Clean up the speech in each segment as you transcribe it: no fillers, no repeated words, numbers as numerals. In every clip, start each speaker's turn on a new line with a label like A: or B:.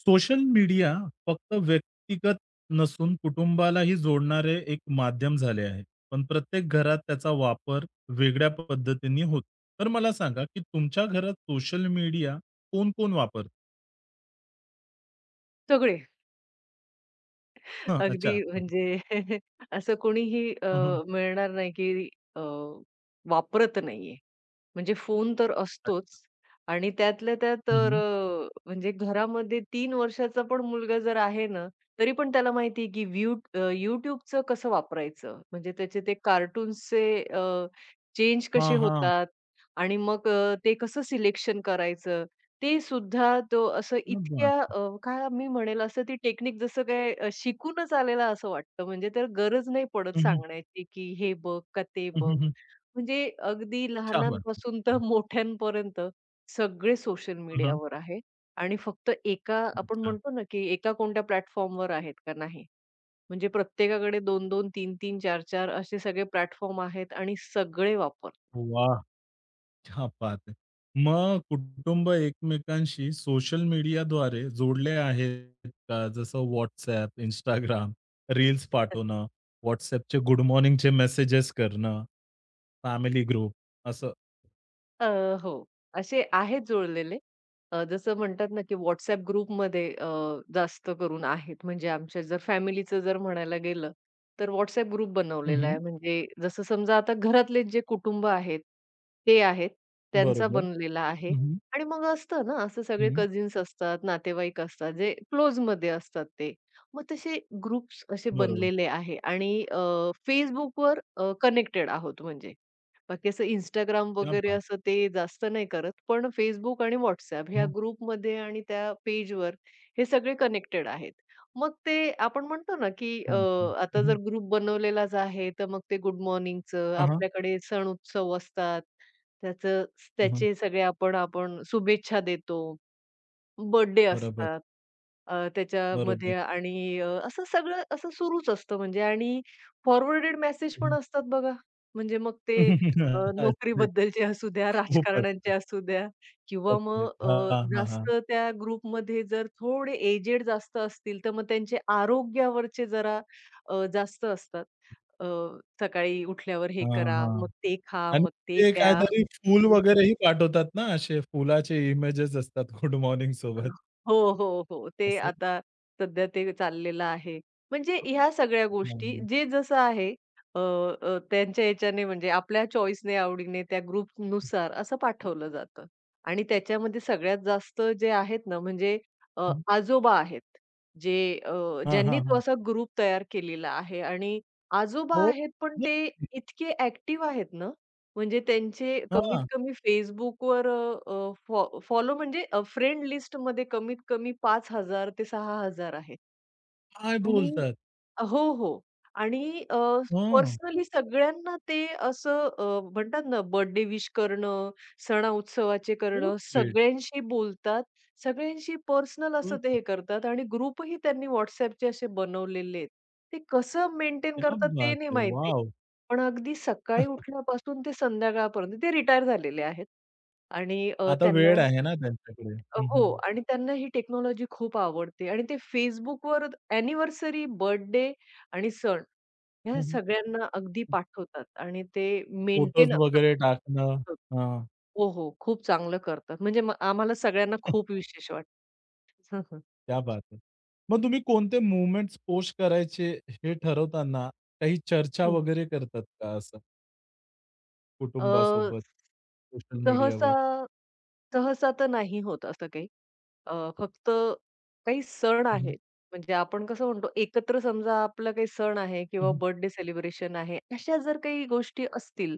A: Social media फक्त व्यक्तिगत नसून कुटुंबालाही जोडणारे एक माध्यम झाले आहे. पण प्रत्येक घरात त्याचा वापर वेगळ्या पद्धतीने होतो. तर मला सांगा, की तुमच्या घरात सोशल मीडिया कोण-कोण वापरतं?
B: सगळे.
A: हां,
B: अगदी
A: अच्छा.
B: म्हणजे असं कोणीही
A: हं, हं.
B: मिळणार नाही, की अ, वापरत नाहीये. म्हणजे फोन तर
A: अच्छा.
B: असतोच आणि त्यातल्या त्यात
A: हं,
B: तर
A: हं.
B: म्हणजे घरामध्ये 3 वर्षाचा पण मुलगा जर आहे ना, तरी पण त्याला माहिती आहे की YouTubeचं कसं वापरायचं. म्हणजे त्याचे ते कार्टून्सचे चेंज कसे
A: हां,
B: होतात आणि मग ते कसं सिलेक्शन करायचं, ते सुद्धा तो असं
A: क्या
B: इतक्या
A: बात!
B: काय मी म्हणेल असं ती टेक्निक जसं काय शिकूनच आलेला असं वाटतं. म्हणजे तर गरज नाही पडत
A: हं, हं.
B: सांगण्याची की हे बघ का ते
A: हं,
B: बघ.
A: हं,
B: म्हणजे अगदी
A: क्या बात है!
B: लहानांपासून तर मोठ्यांपर्यंत सगळे सोशल मीडियावर आहे आणि फक्त एका आपण
A: अच्छा.
B: म्हणतो ना, की एका कोणत्या प्लॅटफॉर्मवर आहेत का? नाही. म्हणजे प्रत्येकाकडे 2-2, 3-3, 4-4 असे सगळे प्लॅटफॉर्म आहेत आणि सगळे वापरतात.
A: वाह! क्या बात है! मग कुटुंब एकमेकांशी सोशल मीडियाद्वारे जोडले आहेत का? जसं WhatsApp, Instagram, रील्स पाठवणं, WhatsAppचे गुड मॉर्निंगचे मेसेजेस करणं, फॅमिली ग्रुप असं.
B: अ, हो. असे आहेत जुळलेले. जसं म्हणतात ना, की WhatsApp ग्रुपमध्ये जास्त करून आहेत. म्हणजे आमच्या जर फॅमिलीचं जर म्हणायला गेलं, तर WhatsApp ग्रुप
A: हं,
B: बनवलेला
A: हं.
B: आहे. म्हणजे जसं समजा आता घरातले जे कुटुंब आहेत, ते आहेत. त्यांचा
A: बरोबर.
B: बनलेला आहे.
A: हं, हं.
B: आणि मग असतं ना, असं सगळे
A: हं.
B: कझिन्स असतात, नातेवाईक असतात, जे क्लोजमध्ये असतात ते. मग तसे ग्रुप्स असे
A: बरोबर.
B: बनलेले आहे आणि Facebookवर कनेक्टेड आहोत म्हणजे. बाकी असं इंस्टाग्राम
A: क्या
B: वगैरे
A: बात!
B: असं ते जास्त नाही करत. पण Facebook आणि WhatsApp ह्या
A: हं.
B: ग्रुपमध्ये आणि त्या पेजवर हे सगळे कनेक्टेड आहेत. मग ते आपण म्हणतो ना, की
A: छान, छान. हं,
B: आता जर
A: हं.
B: ग्रुप बनवलेलाच आहे, तर मग ते गुड मॉर्निंगचं,
A: हां,
B: आपल्याकडे सण-उत्सव असतात, त्याचं त्याचे सगळे आपण आपण शुभेच्छा देतो. बर्थडे
A: बरोबर,
B: असतात.
A: बरोबर.
B: त्याच्यामध्ये आणि असं सगळं असं सुरूच असतं म्हणजे आणि फॉरवर्डेड मेसेज पण
A: हं,
B: असतात बघा. म्हणजे मग ते
A: अरे
B: नोकरीबद्दलचे असू द्या,
A: खूपच.
B: राजकारण्यांचे असू द्या किंवा मग
A: हां, हां, हां.
B: जास्त त्या ग्रुपमध्ये जर थोडे एजेड जास्त असतील, तर मग त्यांचे आरोग्यावरचे जरा जास्त असतात. अ, सकाळी उठल्यावर हे
A: हां,
B: करा, मग
A: हां.
B: ते खा,
A: आणि
B: मग ते
A: ते
B: प्या.
A: काहीतरी फूल वगैरेही पाठवतात ना, असे फुलाचे इमेजेस असतात गुड मॉर्निंग सोबत
B: हो, हो, हो. ते
A: असं.
B: आता सध्या ते चाललेलं आहे. म्हणजे ह्या सगळ्या
A: हां,
B: गोष्टी
A: हां.
B: जे जसं आहे अ, अ, त्यांच्या ह्याच्याने म्हणजे आपल्या चॉईसने, आवडीने त्या ग्रुपनुसार असं पाठवलं जातं. आणि त्याच्यामध्ये सगळ्यात जास्त जे आहेत ना म्हणजे आजोबा आहेत. जे
A: हां,
B: ज्यांनी
A: हां,
B: तो
A: हां.
B: असा ग्रुप तयार केलेला आहे आणि आजोबा
A: हो.
B: आहेत पण ते इतके ॲक्टिव्ह आहेत ना म्हणजे त्यांचे कमीत
A: हां,
B: कमी Facebookवर फॉलो म्हणजे फ्रेंड लिस्टमध्ये कमीत कमी 5,000 ते 6,000 आहेत.
A: काय
B: आणि
A: बोलतात?
B: हो, हो. आणि
A: हां.
B: पर्सनली सगळ्यांना ते असं म्हणतात ना बर्थडे विश करणं, सणा-उत्सवाचे
A: सो
B: करणं,
A: स्वीट.
B: सगळ्यांशी बोलतात, सगळ्यांशी पर्सनल असं ते
A: सो
B: हे करतात आणि ग्रुपही त्यांनी WhatsAppचे असे बनवलेले आहेत. ते कसं मेंटेन
A: क्या
B: करतात ते
A: बात
B: नाही
A: है!
B: माहिती.
A: वॉव!
B: पण अगदी सकाळी उठल्यापासून ते संध्याकाळपर्यंत ते रिटायर झालेले आहेत आणि
A: आता वेळ
B: त्यांना
A: आहे ना त्यांच्याकडे. हं,
B: हो
A: हं.
B: आणि त्यांना ही टेक्नॉलॉजी खूप आवडते आणि ते Facebookवर अॅनिव्हर्सरी, बर्थडे आणि सण ह्या
A: हं, हं.
B: सगळ्यांना अगदी पाठवतात आणि ते
A: फोटोज
B: मेंटेन
A: वगैरे टाकणं. हां,
B: हो, हो. खूप चांगलं करतात. म्हणजे मग आम्हाला सगळ्यांना खूप विशेष वाटतं. हं, हं.
A: क्या बात है! मग तुम्ही कोणते मूव्हमेंट्स पोस्ट करायचे हे ठरवताना काही चर्चा
B: हं.
A: वगैरे करतात का असं?
B: अ,
A: कुटुंबासोबत, सोशल
B: सहसा
A: मीडियावर.
B: सहसा तर नाही होत असं काही. फक्त काही सण
A: हं, हं.
B: आहेत, म्हणजे आपण कसं म्हणतो एकत्र समजा आपला काही सण आहे
A: हं,
B: किंवा
A: हं,
B: बर्थडे सेलिब्रेशन आहे, अशा जर काही गोष्टी असतील,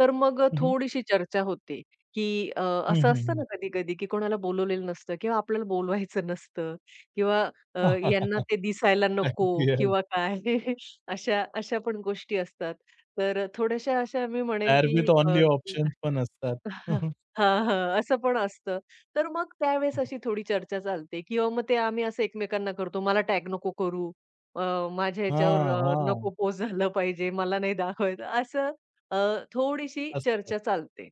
B: तर मग
A: हं.
B: थोडीशी चर्चा होते, की
A: हं,
B: असं असतं
A: हं,
B: ना कधी-कधी, की कोणाला बोलवलेलं नसतं किंवा आपल्याला बोलवायचं नसतं किंवा अ,
A: हं.
B: यांना ते दिसायला नको
A: अगदी, अगदी.
B: किंवा काय अशा अशा पण गोष्टी असतात. तर थोड्याशा अशा मी म्हणेल,
A: देअर
B: की
A: विथ ओन्ली ऑप्शन्स पण असतात.
B: हां, हां. असं पण असतं. तर मग त्यावेळेस अशी थोडी चर्चा चालते किंवा मग ते आम्ही असं एकमेकांना करतो, "मला टॅग नको करू, अ, माझ्या ह्याच्यावर
A: हां, हां.
B: नको पोस्ट झालं पाहिजे, मला नाही दाखवायचं." असं अ, थोडीशी
A: असतात.
B: चर्चा चालते.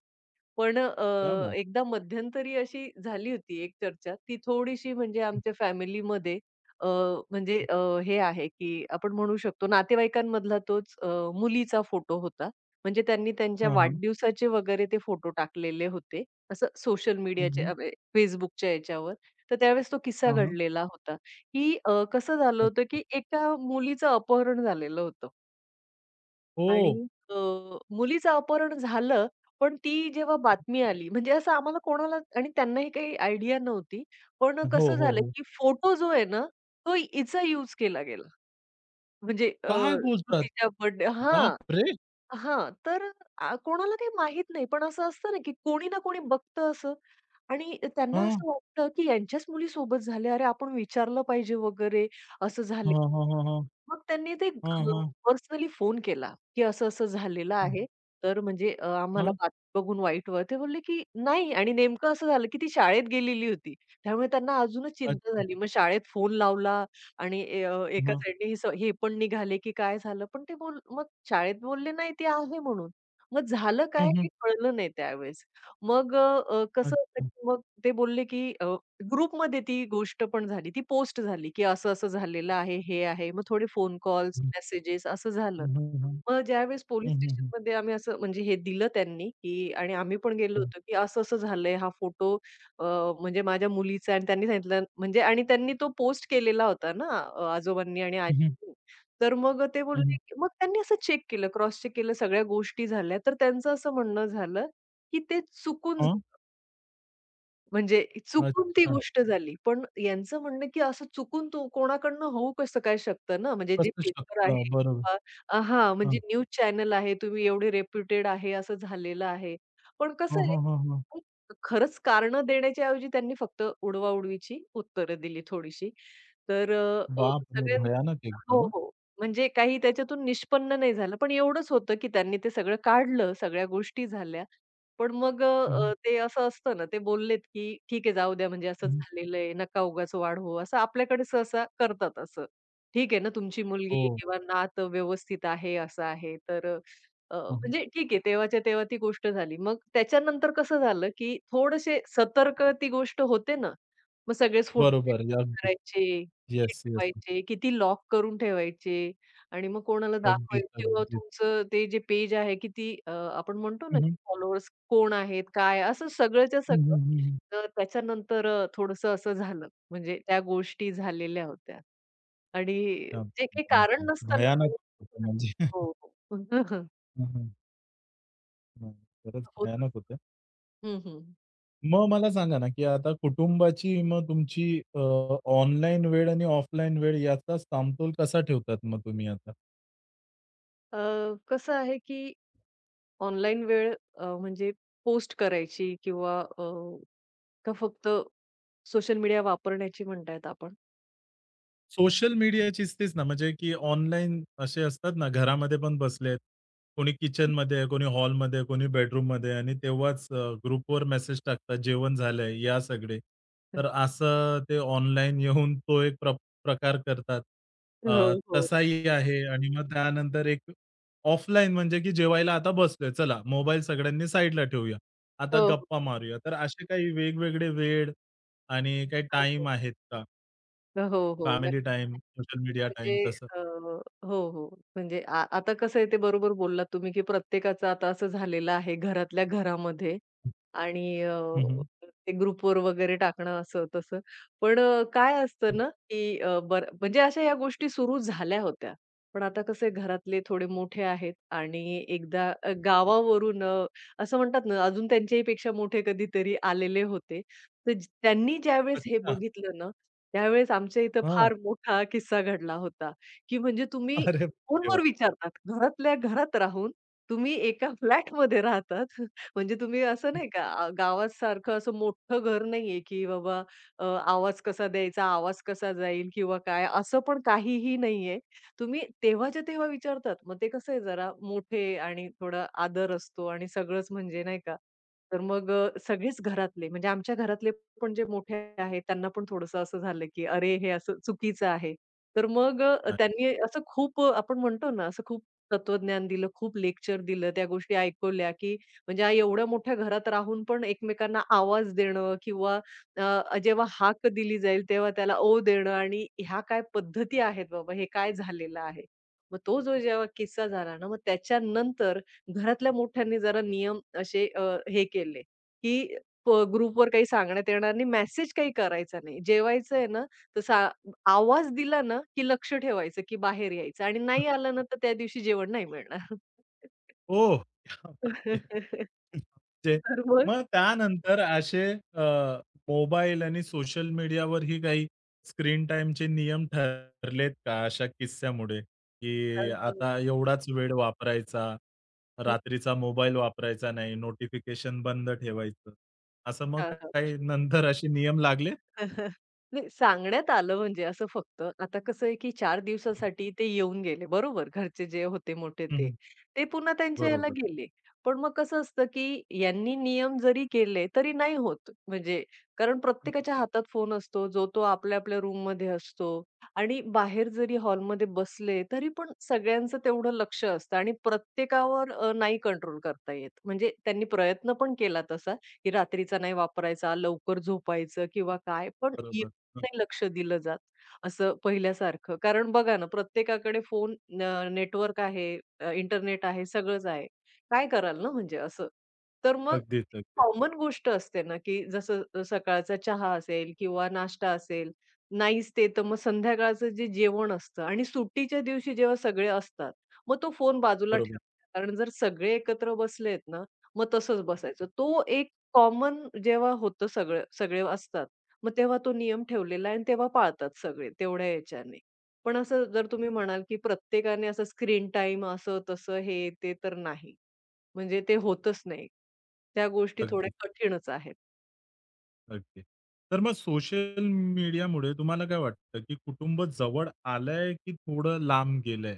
B: पण
A: क्या बात!
B: एकदा मध्यंतरी अशी झाली होती एक चर्चा, ती थोडीशी म्हणजे
A: हं,
B: आमच्या फॅमिलीमध्ये अ, म्हणजे
A: हं.
B: हे आहे, की आपण म्हणू शकतो नातेवाईकांमधला तोच मुलीचा फोटो होता. म्हणजे त्यांनी त्यांच्या
A: हां, हां.
B: वाढदिवसाचे वगैरे ते फोटो टाकलेले होते. असं सोशल
A: हं,
B: मीडियाच्या
A: हं.
B: Facebookच्या याच्यावर. तर त्यावेळेस तो किस्सा
A: हां, हां.
B: घडलेला होता, की कसं झालं होतं,
A: अच्छा.
B: की एका मुलीचं अपहरण झालेलं होतं. आणि
A: हो.
B: अ, मुलीचं अपहरण झालं, पण ती जेव्हा बातमी आली, म्हणजे असं आम्हाला कोणाला आणि त्यांनाही काही आयडिया नव्हती. पण
A: हो,
B: कसं
A: हो,
B: झालं, हो.
A: हो.
B: की फोटो जो आहे ना, तो हिचा यूज केला गेला. म्हणजे
A: काय
B: तो
A: बोलतात?
B: तिच्या बर्थडे हां,
A: बापरे!
B: हां. तर कोणाला काही माहित नाही. पण असं असतं ना, की कोणी ना कोणी बघतं असं. आणि त्यांना
A: हां.
B: असं वाटतं, की यांच्याच मुली सोबत झाल्या. अरे, आपण विचारलं पाहिजे वगैरे असं
A: हां,
B: झाले.
A: हां, हां, हां.
B: मग त्यांनी ते
A: हां, हां.
B: पर्सनली फोन केला, की असं-असं झालेलं
A: हं.
B: आहे. तर म्हणजे आम्हाला
A: हां.
B: बातमी बघून वाईट वाटतं. ते बोलले, की नाही आणि नेमकं असं झालं, की ती शाळेत गेलेली होती. त्यामुळे त्यांना अजूनच चिंता
A: अच्छा.
B: झाली. मग शाळेत फोन लावला आणि एका
A: हां.
B: साईडने हे पण निघाले, की काय झालं? पण ते बोल मग शाळेत बोलले, "नाही, ती आहे म्हणून." मग झालं काय
A: हं, हं.
B: हे कळलं नाही त्यावेळेस. मग अ, अ, कसं असतं
A: अच्छा.
B: की मग ते बोलले की ग्रुपमध्ये ती गोष्ट पण झाली. ती पोस्ट झाली की असं-असं झालेलं आहे, हे आहे. मग थोडे फोन कॉल्स, मेसेजेस असं झालं.
A: हं, हं, हं.
B: मग ज्यावेळेस पोलीस
A: हं, हं, हं.
B: स्टेशनमध्ये आम्ही असं म्हणजे हे दिलं त्यांनी, की आणि आम्ही पण गेलो
A: हं.
B: होतो, की असं-असं झालंय. हा फोटो अ, म्हणजे माझ्या मुलीचा आणि त्यांनी सांगितलं म्हणजे आणि त्यांनी तो पोस्ट केलेला होता ना आजोबांनी आणि
A: हं, हं,
B: आजींनी. तर मग ते बोलले,
A: हं.
B: की मग त्यांनी असं चेक केलं, क्रॉस चेक केलं, सगळ्या गोष्टी झाल्या. तर त्यांचं असं म्हणणं झालं, की ते चुकून
A: हां.
B: म्हणजे चुकून ती
A: अच्छा.
B: गोष्ट झाली. पण यांचं म्हणणं, की असं चुकून तो कोणाकडनं होऊ कसं काय शकतं ना? म्हणजे जे
A: असू
B: पेपर आहे
A: शकतं. बरोबर.
B: किंवा हां, म्हणजे
A: हां.
B: न्यूज चॅनल आहे, तुम्ही एवढे रेप्युटेड आहे, असं झालेलं आहे. पण
A: हं,
B: कसं
A: हं,
B: आहे,
A: हं, हं.
B: खरंच कारणं देण्याच्या ऐवजी त्यांनी फक्त उडवा उत्तरं दिली थोडीशी. तर अ,
A: बापरे!
B: सगळ्यां
A: भयानक
B: हो,
A: एकदम हां.
B: हो. म्हणजे काही त्याच्यातून निष्पन्न नाही झालं. पण एवढंच होतं, की त्यांनी ते सगळं काढलं, सगळ्या गोष्टी झाल्या. पण मग
A: हं, हं.
B: ते असं असतं ना, ते बोललेत, की "ठीक आहे, जाऊ द्या, म्हणजे असं
A: हं.
B: झालेलं आहे, नका उगाच वाढवू." असं आपल्याकडे सहसा करतात असं. "ठीक आहे ना, तुमची मुलगी
A: हो.
B: किंवा नात व्यवस्थित आहे, असं आहे." तर अ, अ,
A: हं, हं.
B: म्हणजे ठीक आहे, तेव्हाच्या तेव्हा ती गोष्ट झाली. मग त्याच्यानंतर कसं झालं, की थोडेसे सतर्क ती गोष्ट होते ना, मग सगळेच फोटो
A: बरोबर. आहे. अगदी.
B: करायचे, किती
A: येस, येस.
B: ठेवायचे, किती लॉक करून ठेवायचे. आणि मग कोणाला दाखवाय
A: अगदीच,
B: किंवा
A: अगदीच.
B: तुमचं ते जे पेज आहे किती आपण म्हणतो ना,
A: हं, हं.
B: की फॉलोअर्स कोण आहेत, काय असं सगळंच्या
A: हं,
B: सगळं.
A: हं, हं, हं.
B: तर त्याच्यानंतर थोडंसं असं झालं. म्हणजे त्या गोष्टी झालेल्या होत्या. आणि
A: त्या
B: जे काही कारण
A: बापरे!
B: नसताना
A: भयानक
B: झालं.
A: होतं म्हणजे.
B: हो, हो.
A: हं, हं. नाही, खरंच
B: होतं.
A: भयानक होतं.
B: हं, हं.
A: मग मला सांगा ना, की आता कुटुंबाची मग तुमची अ, ऑनलाईन वेळ आणि ऑफलाईन वेळ याचा समतोल कसा ठेवतात मग तुम्ही आता?
B: अ, कसं आहे, की ऑनलाईन वेळ म्हणजे पोस्ट करायची किंवा का फक्त सोशल मीडिया वापरण्याची म्हणतायत आपण?
A: सोशल मीडियाचीच तेच ना, म्हणजे की ऑनलाईन असे असतात ना, घरामध्ये पण बसलेत. कोणी किचनमध्ये आहे, कोणी हॉलमध्ये आहे, कोणी बेडरूममध्ये आहे आणि तेव्हाच ग्रुपवर मेसेज टाकतात, "जेवण झालंय, या सगळे." तर असं ते ऑनलाईन येऊन तो एक प्रकार करतात.
B: हो, हो.
A: तसाही आहे आणि मग त्यानंतर एक ऑफलाईन म्हणजे की जेवायला आता बसलोय, चला मोबाईल सगळ्यांनी साईडला ठेवूया. आता
B: हो, हो.
A: गप्पा मारूया. तर असे काही वेगवेगळे वेळ आणि काही
B: हां,
A: टाईम
B: हो.
A: आहेत का?
B: हो, हो.
A: फॅमिली
B: नक्की
A: टाइम, सोशल मीडिया टाईम
B: म्हणजे
A: तसं.
B: अ, हो, हो. म्हणजे आता कसं आहे ते बरोबर बोललात तुम्ही, की प्रत्येकाचं आता असं झालेलं आहे घरातल्या घरामध्ये आणि
A: हं, हं,
B: ते ग्रुपवर वगैरे टाकणं असं तसं. पण काय
A: हं.
B: असतं ना, की बरं म्हणजे अशा ह्या गोष्टी सुरू झाल्या होत्या. पण आता कसं आहे घरातले थोडे मोठे आहेत आणि एकदा गावावरून असं म्हणतात ना, अजून त्यांच्याही पेक्षा मोठे कधीतरी आलेले होते. तर त्यांनी ज्यावेळेस हे
A: अच्छा.
B: बघितलं ना त्यावेळेस आमच्या इथं
A: हां.
B: फार मोठा किस्सा घडला होता, की म्हणजे तुम्ही
A: अरे देवा!
B: फोनवर विचारतात. घरातल्या घरात राहून तुम्ही एका फ्लॅटमध्ये राहतात. म्हणजे तुम्ही असं नाही का गावासारखं असं मोठं घर नाहीये, की बाबा आवाज कसा द्यायचा, आवाज कसा जाईल किंवा काय असं पण काहीही नाहीये. तुम्ही तेव्हाच्या तेव्हा विचारतात. मग ते कसं आहे जरा मोठे आणि थोडा आदर असतो आणि सगळंच म्हणजे नाही का. तर मग सगळेच घरातले म्हणजे आमच्या घरातले पण जे मोठे आहेत त्यांना पण थोडंसं असं झालं, की "अरे, हे असं चुकीचं आहे." तर मग
A: हां.
B: त्यांनी असं खूप आपण म्हणतो ना, असं खूप तत्वज्ञान दिलं, खूप लेक्चर दिलं, त्या गोष्टी ऐकवल्या, की म्हणजे एवढ्या मोठ्या घरात राहून पण एकमेकांना आवाज देणं किंवा जेव्हा हाक दिली जाईल तेव्हा त्याला "ओ" देणं आणि ह्या काय पद्धती आहेत बाबा, हे काय झालेलं आहे. मग तो जो जेव्हा किस्सा झाला ना, मग त्याच्यानंतर घरातल्या मोठ्यांनी जरा नियम असे हे केले, की ग्रुपवर काही सांगण्यात येणार नाही, मेसेज काही करायचा नाही. जेवायचं आहे ना, तर आवाज दिला ना, की लक्ष ठेवायचं, की बाहेर यायचं आणि नाही आलं ना, तर त्या दिवशी जेवण नाही मिळणार.
A: ओह! क्या बात है! म्हणजे
B: तर मग
A: मग त्यानंतर असे अ, मोबाईल आणि सोशल मीडियावरही काही स्क्रीन टाईमचे नियम ठरलेत का अशा किस्स्यामुळे,
B: अ,
A: की आता एवढाच वेळ वापरायचा,
B: हं,
A: रात्रीचा मोबाईल वापरायचा नाही, नोटिफिकेशन बंद ठेवायचं. असं मग
B: हां, हां.
A: काही नंतर असे नियम लागले?
B: नाही सांगण्यात आलं म्हणजे असं फक्त. आता कसं आहे, की 4 दिवसासाठी ते येऊन गेले बरोबर, घरचे जे होते मोठे
A: हं,
B: ते.
A: हं.
B: ते पुन्हा त्यांच्या ह्याला
A: बरोबर.
B: गेले. पण मग कसं असतं, की यांनी नियम जरी केले तरी नाही होत. म्हणजे कारण प्रत्येकाच्या हातात फोन असतो, जो तो आपल्या-आपल्या रूममध्ये असतो आणि बाहेर जरी हॉलमध्ये बसले तरी पण सगळ्यांचं तेवढं लक्ष असतं आणि प्रत्येकावर नाही कंट्रोल करता येत. म्हणजे त्यांनी प्रयत्न पण केला तसा. की रात्रीचा नाही वापरायचा, लवकर झोपायचं किंवा काय, पण एवढं
A: बरोबर. हं.
B: नाही लक्ष दिलं जात, असं पहिल्यासारखं. कारण बघा ना, प्रत्येकाकडे फोन, नेटवर्क आहे, इंटरनेट आहे, सगळंच आहे. काय कराल ना म्हणजे असं. तर मग
A: अगदीच, अगदीच.
B: कॉमन गोष्ट असते ना, की जसं सकाळचा चहा असेल किंवा नाश्ता असेल, नाहीच ते, तर मग संध्याकाळचं जे जेवण असतं आणि सुट्टीच्या दिवशी जेव्हा सगळे असतात, मग तो फोन बाजूला
A: बरोबर.
B: ठेवायचा. कारण जर सगळे एकत्र बसलेत ना, मग तसंच बसायचं. तो कॉमन जेव्हा होतं सगळं सगळे असतात, मग तेव्हा तो नियम ठेवलेला आहे आणि तेव्हा पाळतात सगळे तेवढ्या ह्याच्याने. पण असं जर तुम्ही म्हणाल, की प्रत्येकाने असं स्क्रीन टाइम असं तसं हे ते तर नाही. म्हणजे ते होतच नाही. त्या गोष्टी
A: अगदीच,
B: थोड्या कठीणच आहेत.
A: अगदी. तर मग सोशल मीडियामुळे तुम्हाला काय वाटतं, की कुटुंब जवळ आलंय, की थोडं लांब गेलंय?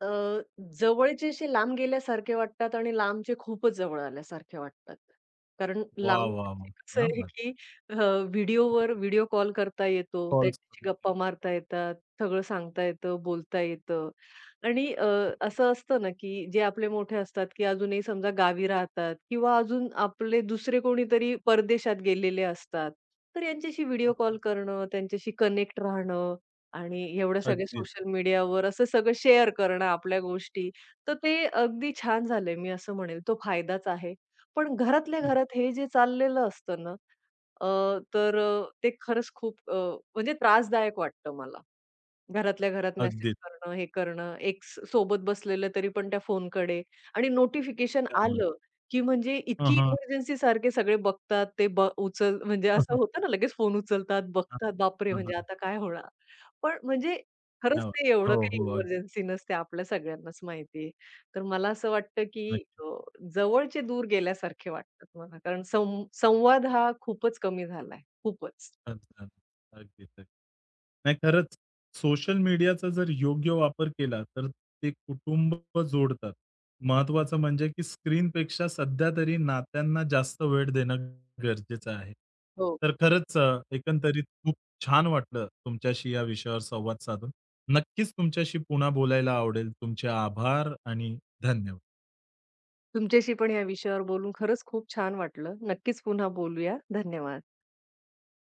B: अ, जवळचे असे लांब गेल्यासारखे वाटतात आणि लांबचे खूपच जवळ आल्यासारखे वाटतात. कारण
A: वाह! वाह!
B: लांबचे
A: वाह!
B: कसं
A: क्या
B: आहे,
A: बात!
B: की अ, व्हिडिओ कॉल करता येतो,
A: कॉल्स
B: त्यांच्याशी
A: वगैरे.
B: गप्पा मारता येतात, सगळं सांगता येतं, बोलता येतं आणि असं असतं ना, की जे आपले मोठे असतात, की अजूनही समजा गावी राहतात किंवा अजून आपले दुसरे कोणीतरी परदेशात गेलेले असतात. तर यांच्याशी व्हिडिओ
A: हं.
B: कॉल करणं, त्यांच्याशी कनेक्ट राहणं आणि एवढं सगळे
A: अगदीच.
B: सोशल मीडियावर असं सगळं शेअर करणं आपल्या गोष्टी, तर ते अगदी छान झालंय मी असं म्हणेल. तो फायदाच आहे. पण घरातल्या
A: हं.
B: घरात हे जे चाललेलं असतं ना, अ, तर ते खरंच खूप म्हणजे त्रासदायक वाटतं मला. घरातल्या घरात मेसेज
A: अगदीच.
B: करणं, हे करणं, एक्स सोबत बसलेलं तरी पण त्या फोनकडे आणि नोटिफिकेशन
A: क्या बात!
B: आलं, की म्हणजे
A: हां,
B: इतकी
A: हां.
B: इमर्जन्सी सारखे सगळे बघतात ते ब उचल म्हणजे
A: हां,
B: असं
A: हां.
B: होतं ना लगेच फोन उचलतात,
A: हां,
B: बघतात,
A: हां.
B: बापरे! म्हणजे आता काय होणार? पण म्हणजे खरंच
A: क्या बात!
B: ते
A: हो,
B: एवढं काही
A: हो. अगदी.
B: इमर्जन्सी नसते आपल्या सगळ्यांनाच माहिती आहे. तर मला असं वाटतं, की जवळचे दूर गेल्यासारखे वाटतात मला कारण संवाद हा खूपच कमी झालाय, खूपच.
A: अच्छा. अगदीच, अगदी. नाही खरंच सोशल मीडियाचा जर योग्य वापर केला, तर ते कुटुंब जोडतात. महत्वाचं म्हणजे की स्क्रीनपेक्षा सध्या तरी नात्यांना जास्त वेळ देणं गरजेचं आहे.
B: हो.
A: तर खरंच एकंदरीत खूप छान वाटलं तुमच्याशी या विषयावर संवाद साधून. नक्कीच तुमच्याशी पुन्हा बोलायला आवडेल. तुमचे आभार आणि धन्यवाद.
B: तुमच्याशी पण या विषयावर बोलून खरंच खूप छान वाटलं. नक्कीच पुन्हा बोलूया. धन्यवाद.